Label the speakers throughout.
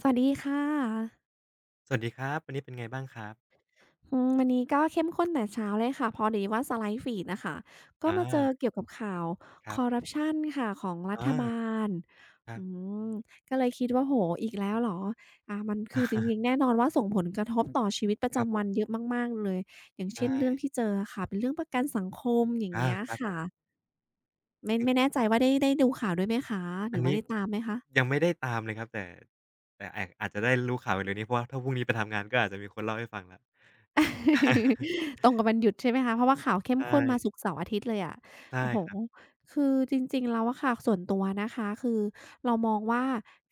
Speaker 1: สวัสดีค่ะ
Speaker 2: สวัสดีครับวันนี้เป็นไงบ้างครับ
Speaker 1: วันนี้ก็เข้มข้นแต่เช้าเลยค่ะพอดีว่าสไลด์ฟีดน่ะค่ะก็
Speaker 2: อา
Speaker 1: มาเจอเกี่ยวกับข่าว
Speaker 2: ค
Speaker 1: ค
Speaker 2: รับ
Speaker 1: อร์รัปชันค่ะของรัฐ
Speaker 2: อา
Speaker 1: บาล
Speaker 2: ครับ
Speaker 1: อืมก็เลยคิดว่าโอ้โฮอีกแล้วเหรอมันคือจริงๆ แน่นอนว่าส่งผลกระทบต่อชีวิตประ
Speaker 2: ครับผ
Speaker 1: จำวัน
Speaker 2: ม
Speaker 1: เยอะมากๆเลยอย่างเช่
Speaker 2: ใช่
Speaker 1: นเรื่องที่เจออะค่ะเป็นเรื่องประกันสังคมอย่าง
Speaker 2: อา
Speaker 1: เงี้ย
Speaker 2: ครับผม
Speaker 1: ค่ะไม่แน่ใจว่าได้ดูข่าวด้วยไหมคะห
Speaker 2: อั
Speaker 1: รื
Speaker 2: น
Speaker 1: อว่า
Speaker 2: นี้
Speaker 1: ได้ตามไหมคะ
Speaker 2: ยังไม่ได้ตามเลยครับแต่แต่อาจจะได้รู้ข่าวเร็วๆนี้เพราะว่าถ้าพรุ่งนี้ไปทำงานก็อาจจะมีคนเล่าให้ฟังแล้ว
Speaker 1: ตรงกับวันหยุดใช่ไหมคะเพราะว่าข่าวเข้ม
Speaker 2: ใช่
Speaker 1: ข้นมาศุกร์เสาร์อาทิตย์เลยอะ
Speaker 2: ใช่
Speaker 1: โอ้โฮ
Speaker 2: ครับ
Speaker 1: คือจริงๆแล้วอะค่ะส่วนตัวนะคะคือเรามองว่า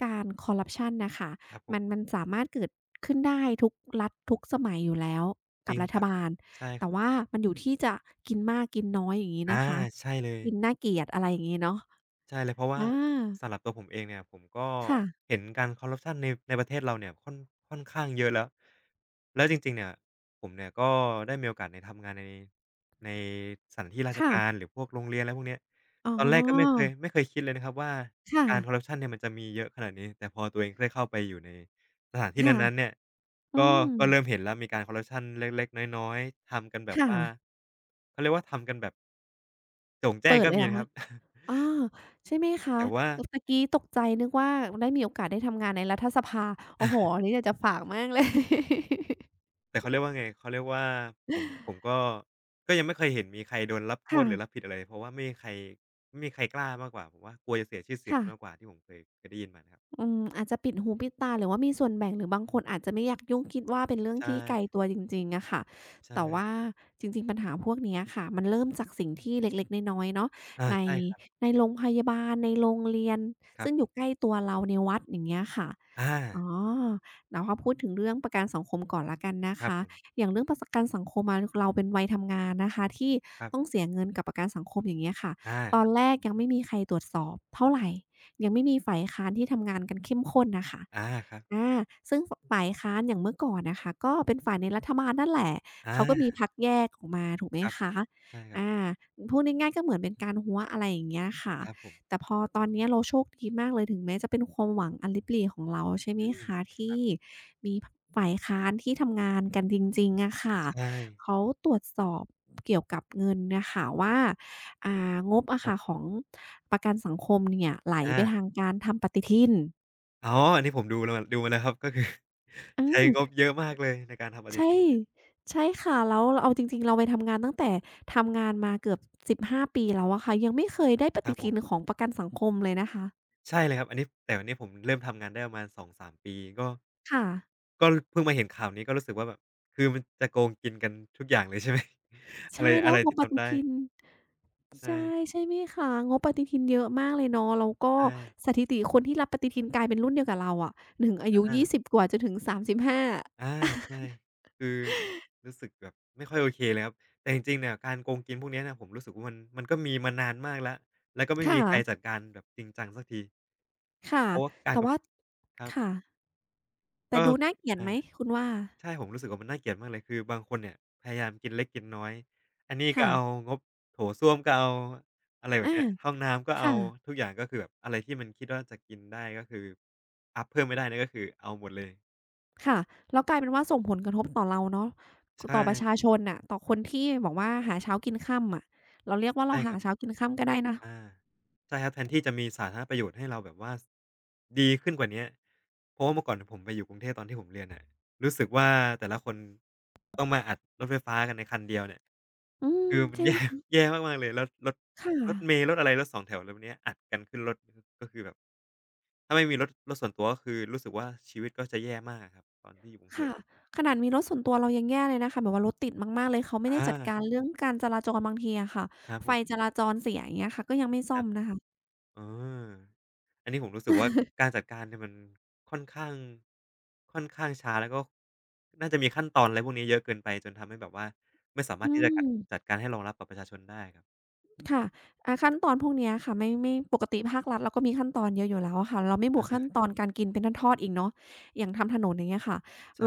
Speaker 1: การคอร์รัปชันน่ะค่ะ
Speaker 2: ครับผม
Speaker 1: มันสามารถเกิดขึ้นได้ทุกรัฐทุกสมัยอยู่แล้ว
Speaker 2: จ
Speaker 1: กั
Speaker 2: ริ
Speaker 1: บ
Speaker 2: ง
Speaker 1: รั
Speaker 2: ค
Speaker 1: ฐ
Speaker 2: รับ
Speaker 1: บาล
Speaker 2: ใช่ค
Speaker 1: แต่
Speaker 2: รับ
Speaker 1: ว่ามันอยู่ที่จะกินมากกินน้อยอย่างงี้นะ
Speaker 2: อา
Speaker 1: คะ
Speaker 2: ใช่เลย
Speaker 1: กินน่าเกลียดอะไรอย่างงี้เนาะ
Speaker 2: ใช่เลยเพราะว่า
Speaker 1: อา
Speaker 2: สำหรับตัวผมเองเนี่ยผม
Speaker 1: ค่ะ
Speaker 2: เห็นการคอร์รัปชันในประเทศเราเนี่ยค่อนข้างเยอะแล้วแล้วจริงๆเนี่ยผมเนี่ยก็ได้มีโอกาสในทำงานในสถานที่ราช
Speaker 1: ค่ะ
Speaker 2: การหรือพวกโรงเรียนอะไรพวกเนี้ย
Speaker 1: อ๋
Speaker 2: ตอนแรกก็ไม่เค
Speaker 1: อ
Speaker 2: ยไม่เคยคิดเลยนะครับว่า
Speaker 1: ค่ะ
Speaker 2: การคอร์รัปชันเนี่ยมันจะมีเยอะขนาดนี้แต่พอตัวเองได้เข้าไปอยู่ในสถานที่
Speaker 1: ค่ะ
Speaker 2: นั้นๆเนี่ย
Speaker 1: อื
Speaker 2: ก็
Speaker 1: ม
Speaker 2: ก็เริ่มเห็นแล้วมีการคอร์รัปชันเล็กๆน้อยๆทำกันแบบ
Speaker 1: ค่ะ
Speaker 2: ว่าเขาเรียกว่าทำกันแบบโจ่งแจ้
Speaker 1: เปิ
Speaker 2: ง
Speaker 1: ด
Speaker 2: ก็
Speaker 1: เลย
Speaker 2: มี
Speaker 1: เหรอ
Speaker 2: นะครั
Speaker 1: คะ
Speaker 2: บ
Speaker 1: อาใช่ไหมคะ
Speaker 2: แต่ว่า
Speaker 1: เออตะกี้ตกใจนึกว่าได้มีโอกาสได้ทำงานในรัฐสภาโอ้โฮอันนี้อยากจะฝากมากเลย
Speaker 2: แต่เขาเรียกว่าไงเขาเรียกว่าผมก็ยังไม่เคยเห็นมีใครโดนรับโทษ
Speaker 1: ค่ะ
Speaker 2: หรือรับผิดอะไรเพราะว่าไม่มีใครกล้ามากกว่าผมว่ากลัวจะเสียชื่อเสียง
Speaker 1: ค่ะ
Speaker 2: กันมากกว่าที่ผมเคยได้ยินมานะครับ
Speaker 1: อืมอาจจะปิดหูปิดตาหรือว่ามีส่วนแบ่งหรือบางคนอาจจะไม่อยากยุ่งคิดว่าเป็นเรื่อง
Speaker 2: ใช่
Speaker 1: ที่ไกลตัวจริงๆอะค่ะ
Speaker 2: ใ
Speaker 1: แต่ว่า
Speaker 2: ช่
Speaker 1: จริงๆปัญหาพวกเนี้ยค่ะมันเริ่มจากสิ่งที่เล็กๆน้อยๆเนาะ
Speaker 2: อา
Speaker 1: ใน
Speaker 2: ใช่ครับ
Speaker 1: ในโรงพยาบาลในโรงเรียน
Speaker 2: ครั
Speaker 1: ซึ่งอยู่
Speaker 2: บ
Speaker 1: ใกล้ตัวเราในวัดอย่างเงี้ยค่ะ
Speaker 2: อา
Speaker 1: อ๋อแล้วพอพูดถึงเรื่องประกันสังคมก่อนแล้วกันนะ
Speaker 2: ครับ
Speaker 1: คะ
Speaker 2: ผม
Speaker 1: อย่างเรื่องประสกันสังคมอะเราเป็นวัยทำงานนะคะที่
Speaker 2: ครับ
Speaker 1: ต้องเสียเงินกับประกันสังคมอย่างเงี้ยค่ะ
Speaker 2: อา
Speaker 1: ตอ
Speaker 2: ค
Speaker 1: น
Speaker 2: รับ
Speaker 1: แรกยังไม่มีใครตรวจสอบเท่าไร ยังไม่มีฝ่ายค้านที่ทำงานกันเข้มข้นนะคะ
Speaker 2: อาครับ
Speaker 1: อาซึ่งฝ่ายค้านอย่างเมื่อก่อนน่ะค่ะก็เป็นฝ่ายในรัฐบาลนั่นแหละเขาก็มี
Speaker 2: อา
Speaker 1: พรรคแยกออกมาถูกไหม
Speaker 2: ครับ
Speaker 1: คะ
Speaker 2: ใช่ครั
Speaker 1: อา
Speaker 2: บ
Speaker 1: พูดง่ายๆก็เหมือนเป็นการหัวอะไรอย่างเงี้ยค่ะ
Speaker 2: ครับผม
Speaker 1: แต่พอตอนเนี้ยเราโชคดีมากเลยถึงแม้จะเป็นความหวังอันลิบหรี่ของเราใช่ไหม
Speaker 2: อืม
Speaker 1: คะ
Speaker 2: ครั
Speaker 1: ที่
Speaker 2: บ
Speaker 1: มีฝ่ายค้านที่ทำงานกันจริงๆอะค่ะ
Speaker 2: ใช่
Speaker 1: เขาตรวจสอบเกี่ยวกับเงินน่ะค่ะว่างบอะ
Speaker 2: ครับ
Speaker 1: ค่ะ
Speaker 2: ผ
Speaker 1: ของ
Speaker 2: ม
Speaker 1: ประกันสังคมเนี่ยไหลไป
Speaker 2: อา
Speaker 1: ทางการทำปฏิทิน
Speaker 2: อ๋ออันนี้ผมดูแล้วดูมาแล้วครับก็คือ
Speaker 1: อื
Speaker 2: ใช้
Speaker 1: ม
Speaker 2: งบเยอะมากเลยในการทำปฏิ
Speaker 1: ใช่
Speaker 2: ทิน
Speaker 1: ใช่ค่ะแล้วเอาจริงๆเราไปทำงานตั้งแต่ทำงานมาเกือบ15ปีแล้วอะค่ะยังไม่เคยได้ป
Speaker 2: ครั
Speaker 1: ฏิ
Speaker 2: บผ
Speaker 1: ทิน
Speaker 2: ม
Speaker 1: ของประกันสังคมเลยนะคะ
Speaker 2: ใช่เลยครับอันนี้แต่อันนี้ผมเริ่มทำงานได้ประมาณ2-3ปีก็
Speaker 1: ค่ะ
Speaker 2: ก็เพิ่งมาเห็นข่าวนี้ก็รู้สึกว่าแบบคือมันจะโกงกินกันทุกอย่างเลยใช่ไหม อะไร
Speaker 1: ใช่
Speaker 2: อะ
Speaker 1: แล้
Speaker 2: ไร
Speaker 1: วงบ
Speaker 2: ที่
Speaker 1: ป
Speaker 2: ทำ
Speaker 1: ฏิ
Speaker 2: ได้
Speaker 1: ทินใช่
Speaker 2: ใช่
Speaker 1: ใช่ไหมคะงบปฏิทินเยอะมากเลยเนาะแล้วก็
Speaker 2: ใช่
Speaker 1: สถิติคนที่รับปฏิทินกลายเป็นรุ่นเดียวกับเราอะถึงอายุ
Speaker 2: อา
Speaker 1: 20กว่าจนถึง35
Speaker 2: อาใช่คือรู้สึกแบบไม่ค่อยโอเคเลยครับแต่จริงๆเนี่ยการโกงกินพวกเนี้ยเนี่ยผมรู้สึกว่ามันก็มีมานานมากแล้วแล้วก็ไม่มี
Speaker 1: ค่ะ
Speaker 2: ใครจัดการแบบจริงจังสักที
Speaker 1: ค่ะ
Speaker 2: เพราะว่าการ
Speaker 1: แต่
Speaker 2: ก
Speaker 1: ว่า
Speaker 2: ครับ
Speaker 1: ค่ะแต่
Speaker 2: ก็
Speaker 1: ดูน่าเกลียด
Speaker 2: อา
Speaker 1: ไหมคุณว่า
Speaker 2: ใช่ผมรู้สึกว่ามันน่าเกลียดมากเลยคือบางคนเนี่ยพยายามกินเล็กกินน้อยอันนี้ก็
Speaker 1: ค่ะ
Speaker 2: เอางบโถส้วมก็เอาอะไรแบบ
Speaker 1: อา
Speaker 2: เนี้ยห้องน้ำก็เอา
Speaker 1: ค่ะ
Speaker 2: ทุกอย่างก็คือแบบอะไรที่มันคิดว่าจะกินได้ก็คืออัปเพิ่มไม่ได้เนี่ยก็คือเอาหมดเลย
Speaker 1: ค่ะแล้วกลายเป็นว่าส่งผลกระทบต่อเราเนาะก
Speaker 2: ใช่
Speaker 1: ต่อประชาชนน่ะต่อคนที่บอกว่าหาเช้ากินค่ำอะเราเรียกว่าเรา
Speaker 2: ใช่ค
Speaker 1: หา
Speaker 2: รับ
Speaker 1: เช้ากินค่ำก็ได้นะ
Speaker 2: อาใช่ครับแทนที่จะมีสาธารณประโยชน์ให้เราแบบว่าสดีขึ้นกว่าเนี้ยเพราะว่าเมื่อก่อนผมไปอยู่กรุงเทพตอนที่ผมเรียนน่ะรู้สึกว่าแต่ละคนต้องมาอัดรถไฟฟ้ากันในคันเดียวเนี่ย
Speaker 1: อืม
Speaker 2: คือมัน
Speaker 1: ใช่ไหม
Speaker 2: แย่ แย่มากๆเลยแล้วรถ
Speaker 1: ค่ะ
Speaker 2: รถเมล์รถอะไรรถสองแถวอะไรพวกเนี้ยอัดกันขึ้นรถก็คือแบบถ้าไม่มีรถส่วนตัวก็คือรู้สึกว่าชีวิตก็จะแย่มากอะครับตอนที่อยู่กรุงเทพ
Speaker 1: ค่ะขนาดมีรถส่วนตัวเรายังแย่เลยนะคะแบบว่ารถติดมากๆเลยเขาไม่ได้จัด
Speaker 2: อา
Speaker 1: การเรื่องการจราจรบางทีอะค่ะ
Speaker 2: ครับผ
Speaker 1: ไฟ
Speaker 2: ม
Speaker 1: จราจรเสียอย่างเงี้ยค่ะก็ยังไม่
Speaker 2: ค
Speaker 1: ซ่
Speaker 2: รั
Speaker 1: อม
Speaker 2: บ
Speaker 1: นะคะ
Speaker 2: เอออันนี้ผมรู้สึกว่าการจัดการเนี่ยมันค่อนข้างค่อนข้างช้าแล้วก็น่าจะมีขั้นตอนอะไรพวกนี้เยอะเกินไปจนทำให้แบบว่าไม่สามารถ
Speaker 1: อื
Speaker 2: ที่จะกัดจัด
Speaker 1: ม
Speaker 2: การให้รองรับกับประชาชนได้ครับ
Speaker 1: ค่ะขั้นตอนพวกเนี้ยค่ะไม่ปกติภาครัฐเราก็มีขั้นตอนเยอะอยู่แล้วอะค่ะเราไม่บวกขั้นตอ
Speaker 2: อา
Speaker 1: นการกินเป็นทอดๆอีกเนาะอย่างทำถนนอย่างเงี้ยค่ะ
Speaker 2: ใช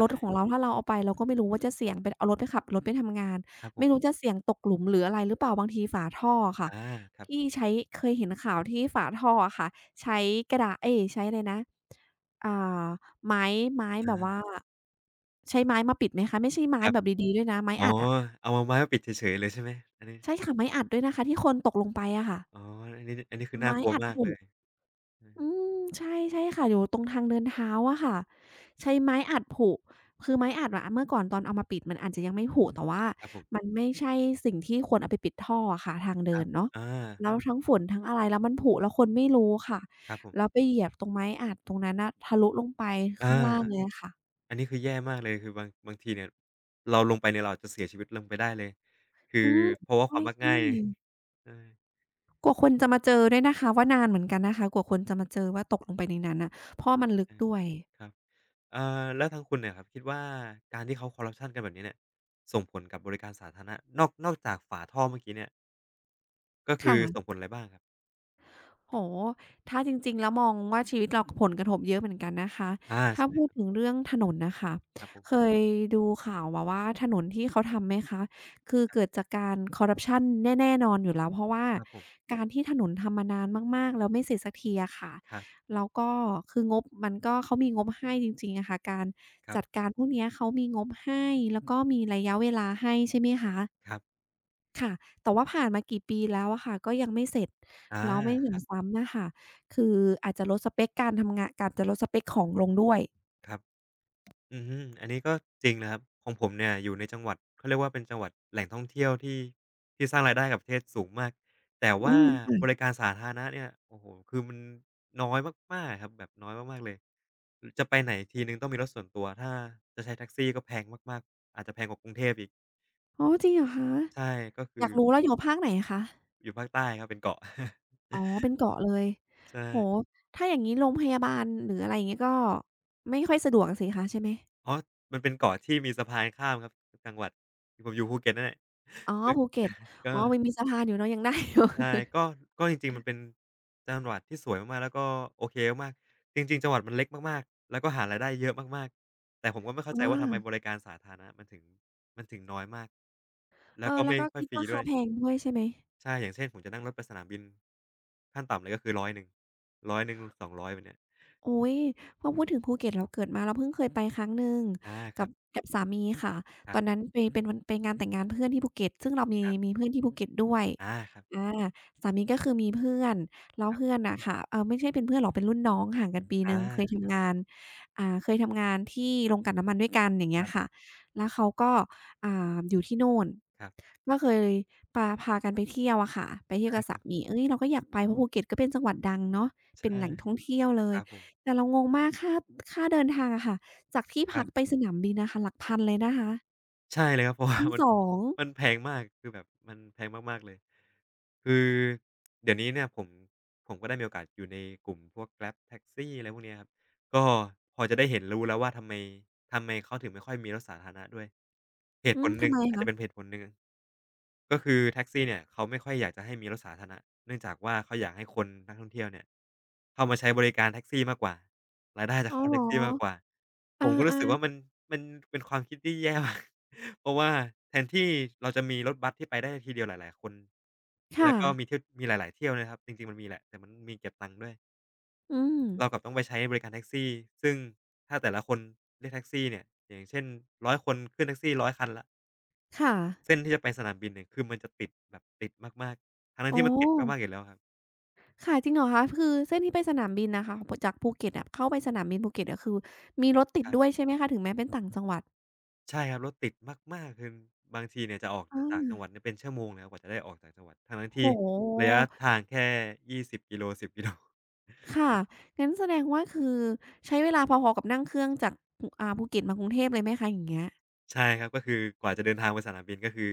Speaker 1: รถของเราถ้าเราเอาไปเราก็ไม่รู้ว่าจะเสี่ยงไปเอารถไปขับรถไปทำงาน
Speaker 2: ครับผ
Speaker 1: ไม่รู้
Speaker 2: ม
Speaker 1: จะเสี่ยงตกหลุมหรืออะไรหรือเปล่าบางทีฝาท่ออะค่ะ
Speaker 2: อาครับ
Speaker 1: ที่ใช้เคยเห็นข่าวที่ฝาท่ออะค่ะใช้กระดาเอ๊ยใช้อะไรนะอ่าไม้ไม้แบบว่า
Speaker 2: อา
Speaker 1: ใช้ไม้มาปิดไหมคะไม่ใช่
Speaker 2: ค
Speaker 1: ไม้
Speaker 2: รับ
Speaker 1: แบบดีๆด้วยนะไม้
Speaker 2: อ๋อ
Speaker 1: อัดอะ
Speaker 2: เอามาไม้มาปิดเฉยๆเลยใช่ไหมอันนี้
Speaker 1: ใช่ค่ะไม้อัดด้วยนะคะที่คนตกลงไปอะค่ะ
Speaker 2: อ๋ออันนี้คือน่า
Speaker 1: ไม้
Speaker 2: กลัว
Speaker 1: อัด
Speaker 2: มาก
Speaker 1: ผุ
Speaker 2: เลยอืม
Speaker 1: อืมใช่ใช่ค่ะอยู่ตรงทางเดินเท้าอะค่ะใช้ไม้อัดผุคือไม้อัดอะเมื่อก่อนตอนเอามาปิดมันอาจจะยังไม่ผุแต่ว่า
Speaker 2: ครับผม
Speaker 1: มันไม่ใช่สิ่งที่ควรเอาไปปิดท่ออะค่ะทาง
Speaker 2: ค
Speaker 1: เดิ
Speaker 2: รับ
Speaker 1: นเนาะ
Speaker 2: อา
Speaker 1: แล้วทั้งฝนทั้งอะไรแล้วมันผุแล้วคนไม่รู้ค่ะ
Speaker 2: ครับผ
Speaker 1: แล้ว
Speaker 2: ม
Speaker 1: ไปเหยียบตรงไม้อัดตรงนั้นน่ะทะลุลงไป
Speaker 2: อา
Speaker 1: ข้างล่างเลยอะค่ะ
Speaker 2: อันนี้คือแย่มากเลยคือบางทีเนี่ยเราลงไปเนี่ยเราอาจจะเสียชีวิตลงไปได้เลยคือ
Speaker 1: อืม
Speaker 2: เพราะว่าความมัก
Speaker 1: ใช่
Speaker 2: ง่ายเออ
Speaker 1: ๆกว่าคนจะมาเจอด้วยนะคะว่านานเหมือนกันนะคะกว่าคนจะมาเจอว่าตกลงไปในนั้นน่ะเพราะมันลึกด้วย
Speaker 2: ๆครับเอ่อแล้วทางคุณเนี่ยครับคิดว่าการที่เขาคอร์รัปชันกันแบบนี้เนี่ยส่งผลกับบริการสาธารณะนอกจากฝาท่อเมื่อกี้เนี่ยก็คือส่งผ
Speaker 1: ค่ะ
Speaker 2: ลอะไรบ้างครับ
Speaker 1: โอ้โฮถ้าจริงๆแล้วมองว่าชีวิตเราผลกระทบเยอะเหมือนกันนะคะ
Speaker 2: อา
Speaker 1: ถ้าพูด
Speaker 2: ใช่
Speaker 1: ถึงเรื่องถนนน่ะค่ะ
Speaker 2: ครับผ
Speaker 1: เค
Speaker 2: ม
Speaker 1: ยดูข่าวมาว่าถนนที่เขาทำไหมคะคือ
Speaker 2: ครับ
Speaker 1: เกิดจากการคอร์รัปชันแน่นอนอยู่แล้วเพราะว่า
Speaker 2: ครับผม
Speaker 1: การที่ถนนทำมานานมากๆแล้วไม่เสร็จสักทีอะค่ะ
Speaker 2: ครับ
Speaker 1: แล้วก็คืองบมันก็เขามีงบให้จริงๆอะค่ะการ
Speaker 2: ครับ
Speaker 1: จัดการพวกเนี้ยเขามีงบให้แล้วก็มีระยะเวลาให้ใช่ไหมคะ
Speaker 2: ครับ
Speaker 1: ค่ะแต่ว่าผ่านมากี่ปีแล้วอะค่ะก็ยังไม่เสร็จ
Speaker 2: อา
Speaker 1: แล้วไม่ห
Speaker 2: ครับ
Speaker 1: นำซ้ำน่ะค่ะคืออาจจะลดสเปกการทำงานการจะลดสเปกของลงด้วย
Speaker 2: ครับอือฮึอันนี้ก็จริงนะครับของผมเนี่ยอยู่ในจังหวัดเขาเรียกว่าเป็นจังหวัดแหล่งท่องเที่ยวที่สร้างรายได้ให้กับประเทศสูงมากแต่
Speaker 1: อื
Speaker 2: ว่า
Speaker 1: ม
Speaker 2: บ
Speaker 1: ค่ะ
Speaker 2: ริการสาธารณะเนี่ยโอ้โฮคือมันน้อยมากๆอะครับแบบน้อยมากๆเลยจะไปไหนทีหนึ่งต้องมีรถส่วนตัวถ้าจะใช้แท็กซี่ก็แพงมากๆอาจจะแพงกว่ากรุงเทพอีก
Speaker 1: อ๋อจริงเหรอคะ
Speaker 2: ใช่ก็
Speaker 1: อ
Speaker 2: คื
Speaker 1: ยา
Speaker 2: อ
Speaker 1: กรู้แล้วอยู่ภาคไหนคะ
Speaker 2: อยู่ภาคใต้ครับเป็นเกาะ
Speaker 1: อ๋อเป็นเกาะเลย
Speaker 2: ใช่
Speaker 1: โอ้โฮถ้าอย่างงี้โรงพยาบาลหรืออะไรอย่างงี้ก็ไม่ค่อยสะดวกสิคะใช่ไหม
Speaker 2: อ๋อมันเป็นเกาะที่มีสะพานข้ามครับจังหวัดผมอยู่ภูเก็ตนั่นแหละ
Speaker 1: อ๋อ ภูเก็ต
Speaker 2: ก็ก็
Speaker 1: อ๋อมันมีสะพานอยู่เนาะยังได้อยู่
Speaker 2: ใช่ก็ก็จริงๆมันเป็นจังหวัดที่สวยมากๆแล้วก็โอเคมากๆจริงๆจังหวัดมันเล็กมากๆแล้วก็หารายได้เยอะมากๆแต่ผมก็ไม่ เข้าใจ
Speaker 1: อา
Speaker 2: ว่าทำไมบริการสาธารณะมันถึงน้อยมาก
Speaker 1: เอ
Speaker 2: แล้ว
Speaker 1: อ
Speaker 2: ก็
Speaker 1: แล้ว
Speaker 2: ไม่
Speaker 1: ก็
Speaker 2: ค่อย
Speaker 1: คิด
Speaker 2: ฟรี
Speaker 1: รา
Speaker 2: ด้
Speaker 1: คา
Speaker 2: วย
Speaker 1: แพงด้วยใช่ไหม
Speaker 2: ใช่อย่างเช่นผมจะนั่งรถไปสนามบินขั้นต่ำเลยก็คือ100 100 200แบบเนี้ย
Speaker 1: โอ้ยพอพูดถึงภูเก็ตเราเกิดมาเราเพิ่งเคยไปครั้งหนึ่ง
Speaker 2: อาค
Speaker 1: กั
Speaker 2: รั
Speaker 1: บ
Speaker 2: บ
Speaker 1: กับสามีค่ะ
Speaker 2: ค
Speaker 1: ต
Speaker 2: รั
Speaker 1: อ
Speaker 2: บ
Speaker 1: นนั้นไปเป็นวันไปงานแต่งงานเพื่อนที่ภูเก็ตซึ่งเรามี
Speaker 2: ๆ
Speaker 1: มีเพื่อนที่ภูเก็ตด้วย
Speaker 2: อาครับ
Speaker 1: อาสามีก็คือมีเพื่อนแล้วเพื่อนน่ะค่ะไม่ใช่เป็นเพื่อนหรอกเป็นรุ่นน้องห่างกันปีห
Speaker 2: อา
Speaker 1: นึ่งเคยทำงานเคยทำงานที่โรงกลั่นน้ำมันด้วยกันอย่าง
Speaker 2: ค
Speaker 1: เงี้ย
Speaker 2: รั
Speaker 1: ค่ะ
Speaker 2: บ
Speaker 1: แล้วเขาก็อยู่ที่โน่น
Speaker 2: ครับ
Speaker 1: ก็เคยปาพากันไปเที่ยวอะค่ะไปเที่ยว
Speaker 2: อา
Speaker 1: กับ
Speaker 2: ค
Speaker 1: สา
Speaker 2: รับ
Speaker 1: มีเฮ้ยเราก็อยากไปเพราะภูเก็ตก็เป็นจังหวัดดังเนาะ
Speaker 2: ใ
Speaker 1: เป็นแหล่งท่
Speaker 2: ช่
Speaker 1: องเที่ยวเล
Speaker 2: ค
Speaker 1: ย
Speaker 2: รับผม
Speaker 1: แต่เรางงมากค่าค่าเดินทางอะค่ะจากที่
Speaker 2: ค
Speaker 1: พั
Speaker 2: รั
Speaker 1: กไป
Speaker 2: บ
Speaker 1: สนามบินน่ะค่ะหลักพันเลยนะคะ
Speaker 2: ใช่เลยครับเพราะว่า มัน
Speaker 1: 1,200อ
Speaker 2: มัน
Speaker 1: ง
Speaker 2: แพงมากคือแบบมันแพงมากๆเลย คือเดี๋ยวนี้เนี่ยผมก็ได้มีโอกาสอยู่ในกลุ่มพวก Grab แ a x กซี่อะไรพวกเนี้ยครับก็พอจะได้เห็นรู้แล้วว่าทำไมเขาถึงไม่ค่อยมีรถสาธารณะด้วยเห
Speaker 1: อื
Speaker 2: ตุผ
Speaker 1: ม
Speaker 2: ลห
Speaker 1: ทำ
Speaker 2: นึ่ง
Speaker 1: ไม
Speaker 2: อาจ
Speaker 1: คะ
Speaker 2: จะเป็นเหตุผลหนึ่ง ก็คือแท็กซี่เนี่ยเขาไม่ค่อยอยากจะให้มีรถสาธารณะเนื่องจากว่าเขาอยากให้คนนักท่องเที่ยวเนี่ยเข้ามาใช้บริการแท็กซี่มากกว่ารายได้จะ
Speaker 1: อ๋อ
Speaker 2: เข้า
Speaker 1: เหร
Speaker 2: แท็
Speaker 1: อ
Speaker 2: กซี่มากกว่าผ
Speaker 1: อ
Speaker 2: มก็รู้
Speaker 1: า
Speaker 2: สึก
Speaker 1: ๆ
Speaker 2: ว่ามันเป็นความคิดที่แย่มาก เพราะว่าแทนที่เราจะมีรถบัสที่ไปได้ทีเดียวหลายๆคนแล้
Speaker 1: ค่ะ
Speaker 2: วก็มีเที่ยวมีหลายๆเที่ยวนะครับจริงๆมันมีแหละแต่มันมีเก็บตังค์ด้วย
Speaker 1: อืม
Speaker 2: เรากลับต้องไปใช้บริการแท็กซี่ซึ่งถ้าแต่ละคนเรียกแท็กซี่เนี่ยอย่างเช่นร้อยคนขึ้นแท็กซี่ร้อยคันแล้ว
Speaker 1: ค่ะ
Speaker 2: เส้นที่จะไปสนามบินเนี่ยคือมันจะติดแบบติดมากๆทั้งๆ
Speaker 1: อ๋อ
Speaker 2: ที่มันติดมากๆอยู่แล้วครับ
Speaker 1: ค่ะจริงเหรอคะคือเส้นที่ไปสนามบินน่ะค่ะพจากภูเก็ตอะเข้าไปสนามบินภูเก็ตก็คือมีรถติ
Speaker 2: ค
Speaker 1: ด
Speaker 2: รั
Speaker 1: ด้วย
Speaker 2: บ
Speaker 1: ใช่ไหมคะถึงแม้เป็นต่างจังหวัด
Speaker 2: ใช่ครับรถติดมากๆคือบางทีเนี่ยจะออก
Speaker 1: อ
Speaker 2: จากต่างจังหวัด
Speaker 1: า
Speaker 2: เนี่ยเป็นชั่วโมงเลยครับกว่าจะได้ออกจากจังหวัดทั้งๆที่
Speaker 1: โอ้โฮ
Speaker 2: ระยะทางแค่ 20กิโล10กิโล
Speaker 1: ค่ะงั้นแสดงว่าคือใช้เวลาพอๆกับนั่งเครื่องจากออ่าภูเก็ตมากรุงเทพเลยไหมคะอย่างเงี้ย
Speaker 2: ใช่ครับก็คือกว่าจะเดินทางไปสนามบินก็คือ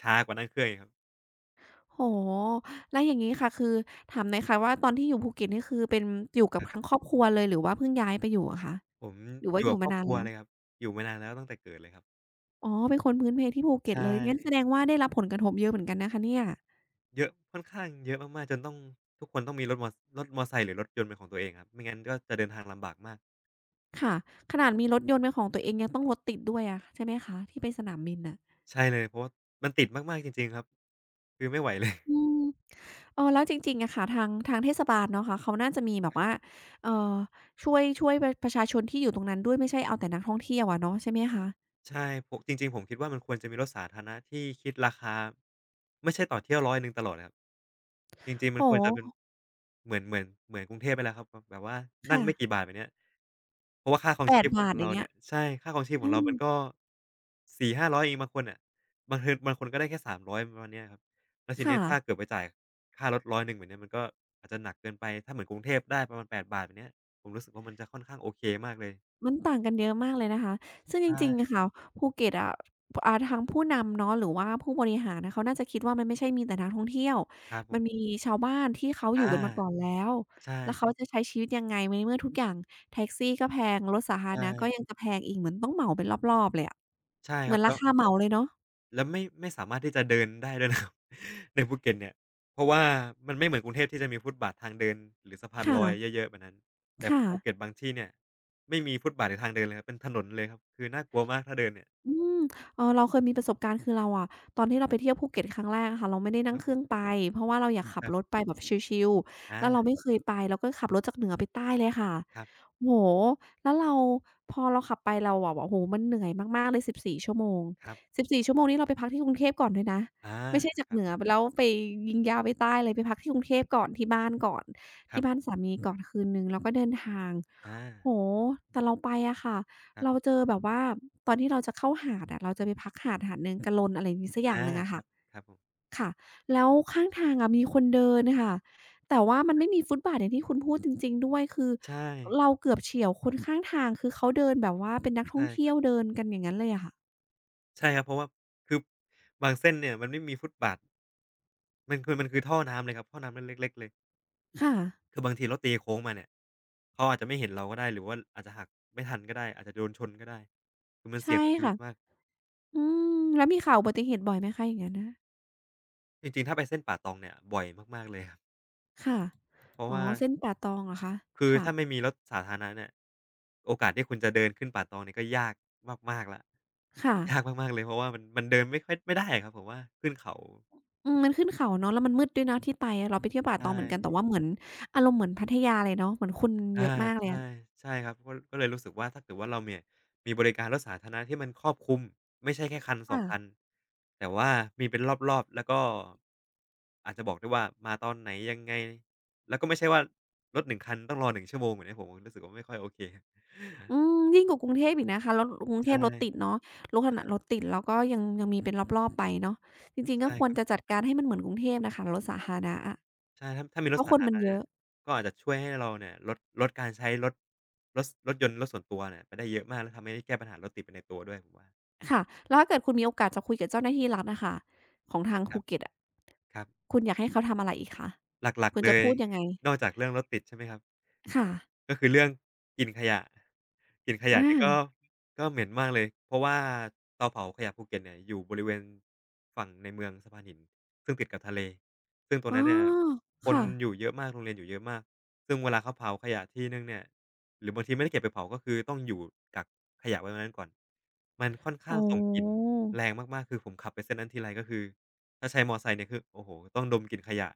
Speaker 2: ช้ากว่านั่งเครื่องอีกครับ
Speaker 1: โอ้โฮแล้วอย่างงี้ค่ะคือถามหน่อยค่ะว่าตอนที่อยู่ภูเก็ตนี่คือเป็นอยู่กั
Speaker 2: ค
Speaker 1: บ
Speaker 2: รั
Speaker 1: ทั้ง
Speaker 2: บ
Speaker 1: ครอบครัวเลยหรือว่าเพิ่งย้ายไปอยู่อะคะ
Speaker 2: ผม
Speaker 1: หรือ
Speaker 2: อ
Speaker 1: ว่า
Speaker 2: ยู่
Speaker 1: อ
Speaker 2: กั
Speaker 1: ยู่
Speaker 2: บค
Speaker 1: มา
Speaker 2: รอบ
Speaker 1: นา
Speaker 2: ค
Speaker 1: น
Speaker 2: รัว
Speaker 1: แล้ว
Speaker 2: เลยครับ อยู่มานานแล้วตั้งแต่เกิดเลยครับ
Speaker 1: อ๋อเป็นคนพื้นเพที่ภูเก็ต
Speaker 2: ใช่
Speaker 1: เลยงั้นแสดงว่าได้รับผลกระทบเยอะเหมือนกันนะคะเนี่ย
Speaker 2: เยอะค่อนข้างเยอะมากๆจนต้องทุกคนต้องมีรถมอไซค์หรือรถยนต์เป็นของตัวเองครับไม่งั้นก็จะเดินทางลำบากมาก
Speaker 1: ค่ะขนาดมีรถยนต์เป็นของตัวเองยังต้องรถติดด้วยอะใช่ไหมคะที่ไปสนามบินน่ะ
Speaker 2: ใช่เลยเพราะว่ามันติดมากๆจริงๆครับคือไม่ไหวเลย
Speaker 1: อืมเออแล้วจริงๆอะค่ะทางเทศบาลเนาะค่ะเขาน่าจะมีแบบว่าเอ่อช่วยประชาชนที่อยู่ตรงนั้นด้วยไม่ใช่เอาแต่นักท่องเที่ยวอะเนาะใช่ไหมคะ
Speaker 2: ใช่ผมจริงๆผมคิดว่ามันควรจะมีรถสาธารณะที่คิดราคาไม่ใช่ต่อเที่ยว100ตลอดอะครับจริงๆมัน
Speaker 1: โอ้
Speaker 2: ควร
Speaker 1: โ
Speaker 2: จะเป็น
Speaker 1: ฮ
Speaker 2: เหมือนกรุงเทพไปแล้วครับแบบว่านั่ง
Speaker 1: ค่ะ
Speaker 2: ไม่กี่บาทแบบเนี้ยเพราะว่าค่าครอง
Speaker 1: แป
Speaker 2: ชี
Speaker 1: ด
Speaker 2: พของ
Speaker 1: บา
Speaker 2: ค
Speaker 1: ท
Speaker 2: น
Speaker 1: อ
Speaker 2: เรา
Speaker 1: ย่างเงี้
Speaker 2: เนี่
Speaker 1: ย
Speaker 2: ยใช่ค่าครองชีพขอ
Speaker 1: อา
Speaker 2: งเรามันก็4 0 0้0 0เองบางคนน่ะบางคนก็ได้แค่300ประมาณเนี้ยครับแล้วที
Speaker 1: ค
Speaker 2: นี้ถ้าเกิ
Speaker 1: ่ะ
Speaker 2: ดไปจ่ายค่ารถ100แบบเนี้ยมันก็อาจจะหนักเกินไปถ้าเหมือนกรุงเทพได้ประมาณแปดบาทแบบเนี้ยผมรู้สึกว่ามันจะค่อนข้างโอเคมากเลย
Speaker 1: มันต่างกันเยอะมากเลยนะคะซึ่งจริงๆ
Speaker 2: ใช่
Speaker 1: อะค่ะภูเก็ตอะพอ่าทางผู้นำเนาะหรือว่าผู้บริหารน่ะเขาน่าจะคิดว่ามันไม่ใช่มีแต่นักท่องเที่ยว
Speaker 2: ครับผ
Speaker 1: มันมี
Speaker 2: ม
Speaker 1: ชาวบ้านที่เขาอยู่
Speaker 2: อา
Speaker 1: กันมาก่อนแล้ว
Speaker 2: ใช่
Speaker 1: แล้วเขาจะใช้ชีวิตยังไงในเมื่อทุกอย่างแท็กซี่ก็แพงรถสาธาร
Speaker 2: ใช่
Speaker 1: ณะก็ยังจะแพงอีกเหมือนต้องเหมาเป็นรอบๆเลยอะ
Speaker 2: ใช่ค
Speaker 1: เหมื
Speaker 2: รั
Speaker 1: อ
Speaker 2: บ
Speaker 1: นรา
Speaker 2: แล้ว
Speaker 1: คาเหมาเลยเนาะ
Speaker 2: แล้วไม่สามารถที่จะเดินได้ ด้วยนะครับในภูเก็ตเนี่ยเพราะว่ามันไม่เหมือนกรุงเทพที่จะมีฟุตบาททางเดินหรือสะพานลอย
Speaker 1: ค่ะ
Speaker 2: เยอะๆแบบนั้นแต่
Speaker 1: ค่ะ
Speaker 2: ภูเก็ตบางที่เนี่ยไม่มีฟุตบาทหรือทางเดินเลยครับเป็นถนนเลยครับคือน่ากลัวมากถ้าเดินเนี่ย
Speaker 1: อืมเออเราเคยมีประสบการณ์คือเราอะตอนที่เราไปเที่ยวภูเก็ตครั้งแรกอะค่ะเราไม่ได้
Speaker 2: ค
Speaker 1: นั่
Speaker 2: รั
Speaker 1: ง
Speaker 2: บ
Speaker 1: เค
Speaker 2: ผ
Speaker 1: รื่อง
Speaker 2: ม
Speaker 1: ไปเพราะว่าเราอยากขั
Speaker 2: ค
Speaker 1: บ
Speaker 2: รับ
Speaker 1: รถไปแบบชิลๆ
Speaker 2: อา
Speaker 1: แล้วเราไม่เคยไปเราก็ขับรถจากเหนือไปใต้เลยค่ะ
Speaker 2: ครับ
Speaker 1: โอ้โฮแล้วเราพอเราขับไปเราอะโอ้โฮมันเหนื่อยมากๆเลยสิบสี่ชั่วโมง
Speaker 2: ครับ
Speaker 1: สิบสี่ชั่วโมงนี้เราไปพักที่กรุงเทพก่อนด้วยนะ
Speaker 2: อา
Speaker 1: ไม่ใช่จา
Speaker 2: ค
Speaker 1: ก
Speaker 2: รั
Speaker 1: เห
Speaker 2: บ
Speaker 1: นือแล้วไปยิงยาวไปใต้เลยไปพักที่กรุงเทพก่อนที่บ้านก่อน
Speaker 2: ครั
Speaker 1: ที่
Speaker 2: บผ
Speaker 1: บ้าน
Speaker 2: ม
Speaker 1: สามีก่อนคืนหนึ่งแล้วก็เดินทาง
Speaker 2: อา
Speaker 1: โอ้โฮแต่เราไปอะค่ะ
Speaker 2: ครั
Speaker 1: เรา
Speaker 2: บ
Speaker 1: เจอแบบว่าตอนที่เราจะเข้าหาดอะเราจะไปพักหาดหนึ่งกะลนอะไรงี้สักอย่า
Speaker 2: อา
Speaker 1: งหนึ่งอะ
Speaker 2: ครั
Speaker 1: ค่ะ
Speaker 2: บครับผม
Speaker 1: ค่ะแล้วข้างทางอะมีคนเดินค่ะแต่ว่ามันไม่มีฟุตบาทอย่างที่คุณพูดจริงๆด้วยคือ
Speaker 2: ใช่
Speaker 1: เราเกือบเฉี่ยวคนข้างทางคือเขาเดินแบบว่าเป็นนักท่อ
Speaker 2: ใช่
Speaker 1: ง
Speaker 2: ค
Speaker 1: เที่
Speaker 2: รั
Speaker 1: ยว
Speaker 2: บ
Speaker 1: เดินกันอย่างงั้นเลยอะค่ะ
Speaker 2: ใช่ครับเพราะว่าคือบางเส้นเนี่ยมันไม่มีฟุตบาทมันคือท่อน้ำเลยครับท่อน้ำเล็กๆเลย
Speaker 1: ค่ะ
Speaker 2: คือบางทีรถตีโค้งมาเนี่ยเขาอาจจะไม่เห็นเราก็ได้หรือว่าอาจจะหักไม่ทันก็ได้อาจจะโดนชนก็ได้คือมันเสี่
Speaker 1: ใช่
Speaker 2: ยงต่อชีวิต
Speaker 1: ค่ะ
Speaker 2: มาก
Speaker 1: อืมแล้วมีข่าวอุบัติเหตุบ่อยไหมคะอย่างงั้นน่ะ
Speaker 2: จริงๆถ้าไปเส้นป่าตองเนี่ยบ่อยมากๆเลยครับ
Speaker 1: ค่ะ
Speaker 2: เพราะ
Speaker 1: อ๋อ
Speaker 2: ว่า
Speaker 1: เส้นป่าตองเหรอคะ
Speaker 2: คือ
Speaker 1: ค่ะ
Speaker 2: ถ้าไม่มีรถสาธารณะเนี่ยโอกาสที่คุณจะเดินขึ้นป่าตองเนี่ยก็ยากมากๆแล้ว
Speaker 1: ค่ะ
Speaker 2: ยากมากๆเลยเพราะว่ามันมันเดินไม่ได้อะครับผมว่าขึ้นเขา
Speaker 1: อืมมันขึ้นเขาเนาะแล้วมันมืดด้วยนะที่ไปอะเราไปเที่ยวป่าตอง
Speaker 2: ใช่
Speaker 1: เหมือนกันแต่ว่าเหมือนอารมณ์เหมือนพัทยาเลยเนาะเหมือนคน
Speaker 2: อา
Speaker 1: เยอะมากเลย
Speaker 2: ใช่
Speaker 1: อะ
Speaker 2: ใช่ครับก็เลยรู้สึกว่าถ้าเกิดว่าเราเนี่ยมีบริการรถสาธารณะที่มันครอบคลุมไม่ใช่แค่คันสอง
Speaker 1: ค่ะ
Speaker 2: คันแต่ว่ามีเป็นรอบๆแล้วก็อาจจะบอกได้ว่ามาตอนไหนยังไงแล้วก็ไม่ใช่ว่ารถหนึ่งคันต้องรอหนึ่งชั่วโมงแบบเนี้ยผมรู้สึกว่าไม่ค่อยโอเค
Speaker 1: อืมยิ่งกว่ากรุงเทพอีกนะคะแล้วกรุงเท
Speaker 2: ใช่
Speaker 1: พรถติดเนาะรถขนาดรถ
Speaker 2: ใช่
Speaker 1: ติดแล้วก็ยังมีเป็นรอบๆไปเนาะจริงๆก็
Speaker 2: ใช่
Speaker 1: คว
Speaker 2: ค
Speaker 1: ร
Speaker 2: รับ
Speaker 1: จะจัดการให้มันเหมือนกรุงเทพน่ะค่ะรถสาธารณะอะ
Speaker 2: ใช่ถ้ามีร
Speaker 1: เพ
Speaker 2: ถ
Speaker 1: ราะ
Speaker 2: สา
Speaker 1: คน
Speaker 2: ธาร
Speaker 1: มัน
Speaker 2: ณะ
Speaker 1: เย
Speaker 2: เนี่ย
Speaker 1: อะ
Speaker 2: ก็อาจจะช่วยให้เราเนี่ยลดการใช้รถรถสรถยนต์รถส่วนตัวเนี่ยไปได้เยอะมากแล้วทำให้แก้ปัญหารถติดไปในตัวด้วยผมว่า
Speaker 1: ค่ะแล้วถ้าเกิดคุณมีโอกาสจะคุยกับเจ้าหน้าที่รัฐอะค่ะของทาง
Speaker 2: ครั
Speaker 1: ภู
Speaker 2: บ
Speaker 1: เก็ตอะ
Speaker 2: ครับ
Speaker 1: คุณอยากให้เขาทำอะไรอีกคะ
Speaker 2: หลัก
Speaker 1: คุณ
Speaker 2: ๆเล
Speaker 1: จะ
Speaker 2: ย
Speaker 1: พูดยังไง
Speaker 2: นอกจากเรื่องรถติดใช่ไหมครับ
Speaker 1: ค่ะ
Speaker 2: ก็คือเรื่องกลิ่นขยะกลิ่นข
Speaker 1: อ
Speaker 2: ยะนี่ก็
Speaker 1: า
Speaker 2: เหม็นมากเลยเพราะว่าเตาเผาขยะภูเก็ตเนี่ยอยู่บริเวณฝั่งในเมืองสะพานหินซึ่งติดกับทะเลซึ่งตรง
Speaker 1: อ๋อ
Speaker 2: นั้นเนี่ยคน
Speaker 1: ค่ะ
Speaker 2: อยู่เยอะมากโรงเรียนอยู่เยอะมากซึ่งเวลาเขาเผาขยะทีหนึ่งเนี่ยหรือบางทีไม่ได้เก็บไปเผาก็คือต้องอยู่กักขยะไว้ตรงนั้นก่อนมันค่อน
Speaker 1: อ๋
Speaker 2: ข้า
Speaker 1: อ
Speaker 2: งส่งกลิ่นแรงมากๆคือผมขับไปเส้นนั้นทีไรก็คือถ้าใช้มอไซค์เนี่ยคือโอ้โฮต้องดมกลิ่นขยะ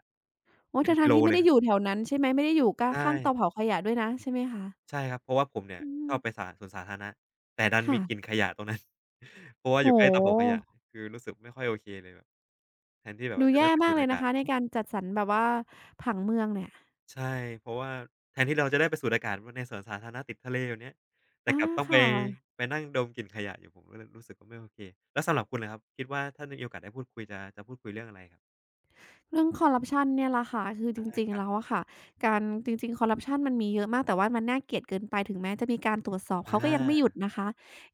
Speaker 1: โอ๊
Speaker 2: เป็นกิ
Speaker 1: ทั้ง
Speaker 2: โล
Speaker 1: ๆที่
Speaker 2: เล
Speaker 1: ไม่
Speaker 2: ย
Speaker 1: ได้
Speaker 2: ครั
Speaker 1: อยู่
Speaker 2: บ
Speaker 1: แถวนั้นใช่ไหมไม่ได้อยู่ก้า
Speaker 2: ใช่
Speaker 1: ข้างเตาเผาขยะด้วยนะใช่ไหมคะ
Speaker 2: ใช่ครับเพราะว่าผมเนี่ย
Speaker 1: อื
Speaker 2: ชอ
Speaker 1: ม
Speaker 2: บไปสาสวนสาธารณะแต่ดันมี
Speaker 1: ค่ะ
Speaker 2: กลิ่นขยะตรงนั้น เพราะ
Speaker 1: โอ้
Speaker 2: ว่า
Speaker 1: โฮ
Speaker 2: อยู่ใกล้เตาเผาขยะคือรู้สึกไม่ค่อยโอเคเลยแบบแทนที่แบบ
Speaker 1: ดู
Speaker 2: ว่าจะได้
Speaker 1: แย่
Speaker 2: ไปสู
Speaker 1: มาก
Speaker 2: ด
Speaker 1: เล
Speaker 2: อา
Speaker 1: ย
Speaker 2: กา
Speaker 1: นะ
Speaker 2: ศ
Speaker 1: คะในการจัดสรรแบบว่าผังเมืองเนี่ย
Speaker 2: ใช่เพราะว่าแทนที่เราจะได้ไปสูดอากาศว่าในสวนสาธารณะติดทะเลแบบเนี้ยแต่
Speaker 1: อา
Speaker 2: กลับต้องไป
Speaker 1: ค่ะ
Speaker 2: ไปนั่งดมกลิ่นขยะอยู่ผมก็เลยรู้สึกว่าไม่โอเคแล้วสำหรับคุณล่ะครับคิดว่าถ้ามีโอกาสได้พูดคุยจะพูดคุยเรื่องอะไรครับ
Speaker 1: เรื่องคอร์รัปชันเนี่ยแหละค่ะ คือจ
Speaker 2: อา
Speaker 1: ริง
Speaker 2: ครั
Speaker 1: ๆ
Speaker 2: บ
Speaker 1: แล้วอะค่ะการจริงๆคอร์รัปชันมันมีเยอะมากแต่ว่ามันน่าเกลียดเกินไปถึงแม้จะมีการตรวจสอบ
Speaker 2: อ
Speaker 1: เขาก็ยังไม่หยุด
Speaker 2: า
Speaker 1: นะคะ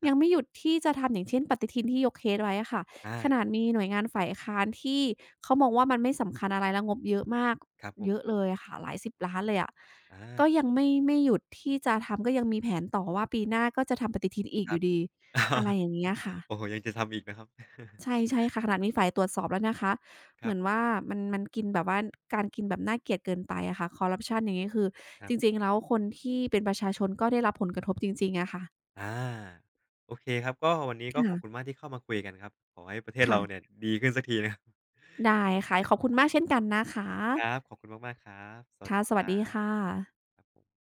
Speaker 2: ครั
Speaker 1: ยัง
Speaker 2: บ
Speaker 1: ไม่หยุดที่จะทำอย่างเช่นปฏิทินที่ยกเคสไว้อะค่ะขนา
Speaker 2: อา
Speaker 1: ดมีหน่วยงานฝ่ายค้านที่เขามองว่ามันไม่สำคัญอะไรแล้วงบเยอะมาก
Speaker 2: ครับผ
Speaker 1: เยอะ
Speaker 2: ม
Speaker 1: เลยอะค่ะหลายสิบล้านเลยอะก็
Speaker 2: อา
Speaker 1: ยังไม่หยุดที่จะทำก็ยังมีแผนต่อว่าปีหน้าก็จะทำปฏิทินอีก
Speaker 2: ค
Speaker 1: อ
Speaker 2: รับ
Speaker 1: ยู่ดีอะไร อย่างเงี้ย
Speaker 2: โอ้โฮ
Speaker 1: ค่ะ
Speaker 2: ยังจะทำอีกนะครับ
Speaker 1: ใช่ใช่ค่ะขนาดมีฝ่ายตรวจสอบแล้วนะคะ
Speaker 2: ค
Speaker 1: เห
Speaker 2: รับ
Speaker 1: มือน
Speaker 2: ผ
Speaker 1: ว่า
Speaker 2: ม
Speaker 1: มันกินแบบว่าการกินแบบน่าเกลียดเกินไปอะค่ะคอร์รัปชันอย่างงี้คือ
Speaker 2: ครั
Speaker 1: จ
Speaker 2: บ
Speaker 1: ริงๆแล้วคนที่เป็นประชาชนก็ได้รับผลกระทบจริงๆอะค่ะ
Speaker 2: อาโอเคครับก็วันนี้ก็ขอบคุณ
Speaker 1: ค่ะ
Speaker 2: มากที่เข้ามาคุยกันครับขอให้ประเทศเราเนี่ย
Speaker 1: ค่ะ
Speaker 2: ดีขึ้นสักทีนะครับ
Speaker 1: ได้ค่ะขอบคุณมากเช่นกันนะคะ
Speaker 2: ครับขอบคุณมากๆครับสวัส
Speaker 1: ค่ะ
Speaker 2: ดี
Speaker 1: ส
Speaker 2: ค
Speaker 1: วัส
Speaker 2: รั
Speaker 1: ดี
Speaker 2: บ
Speaker 1: ค่ะ
Speaker 2: ครับผม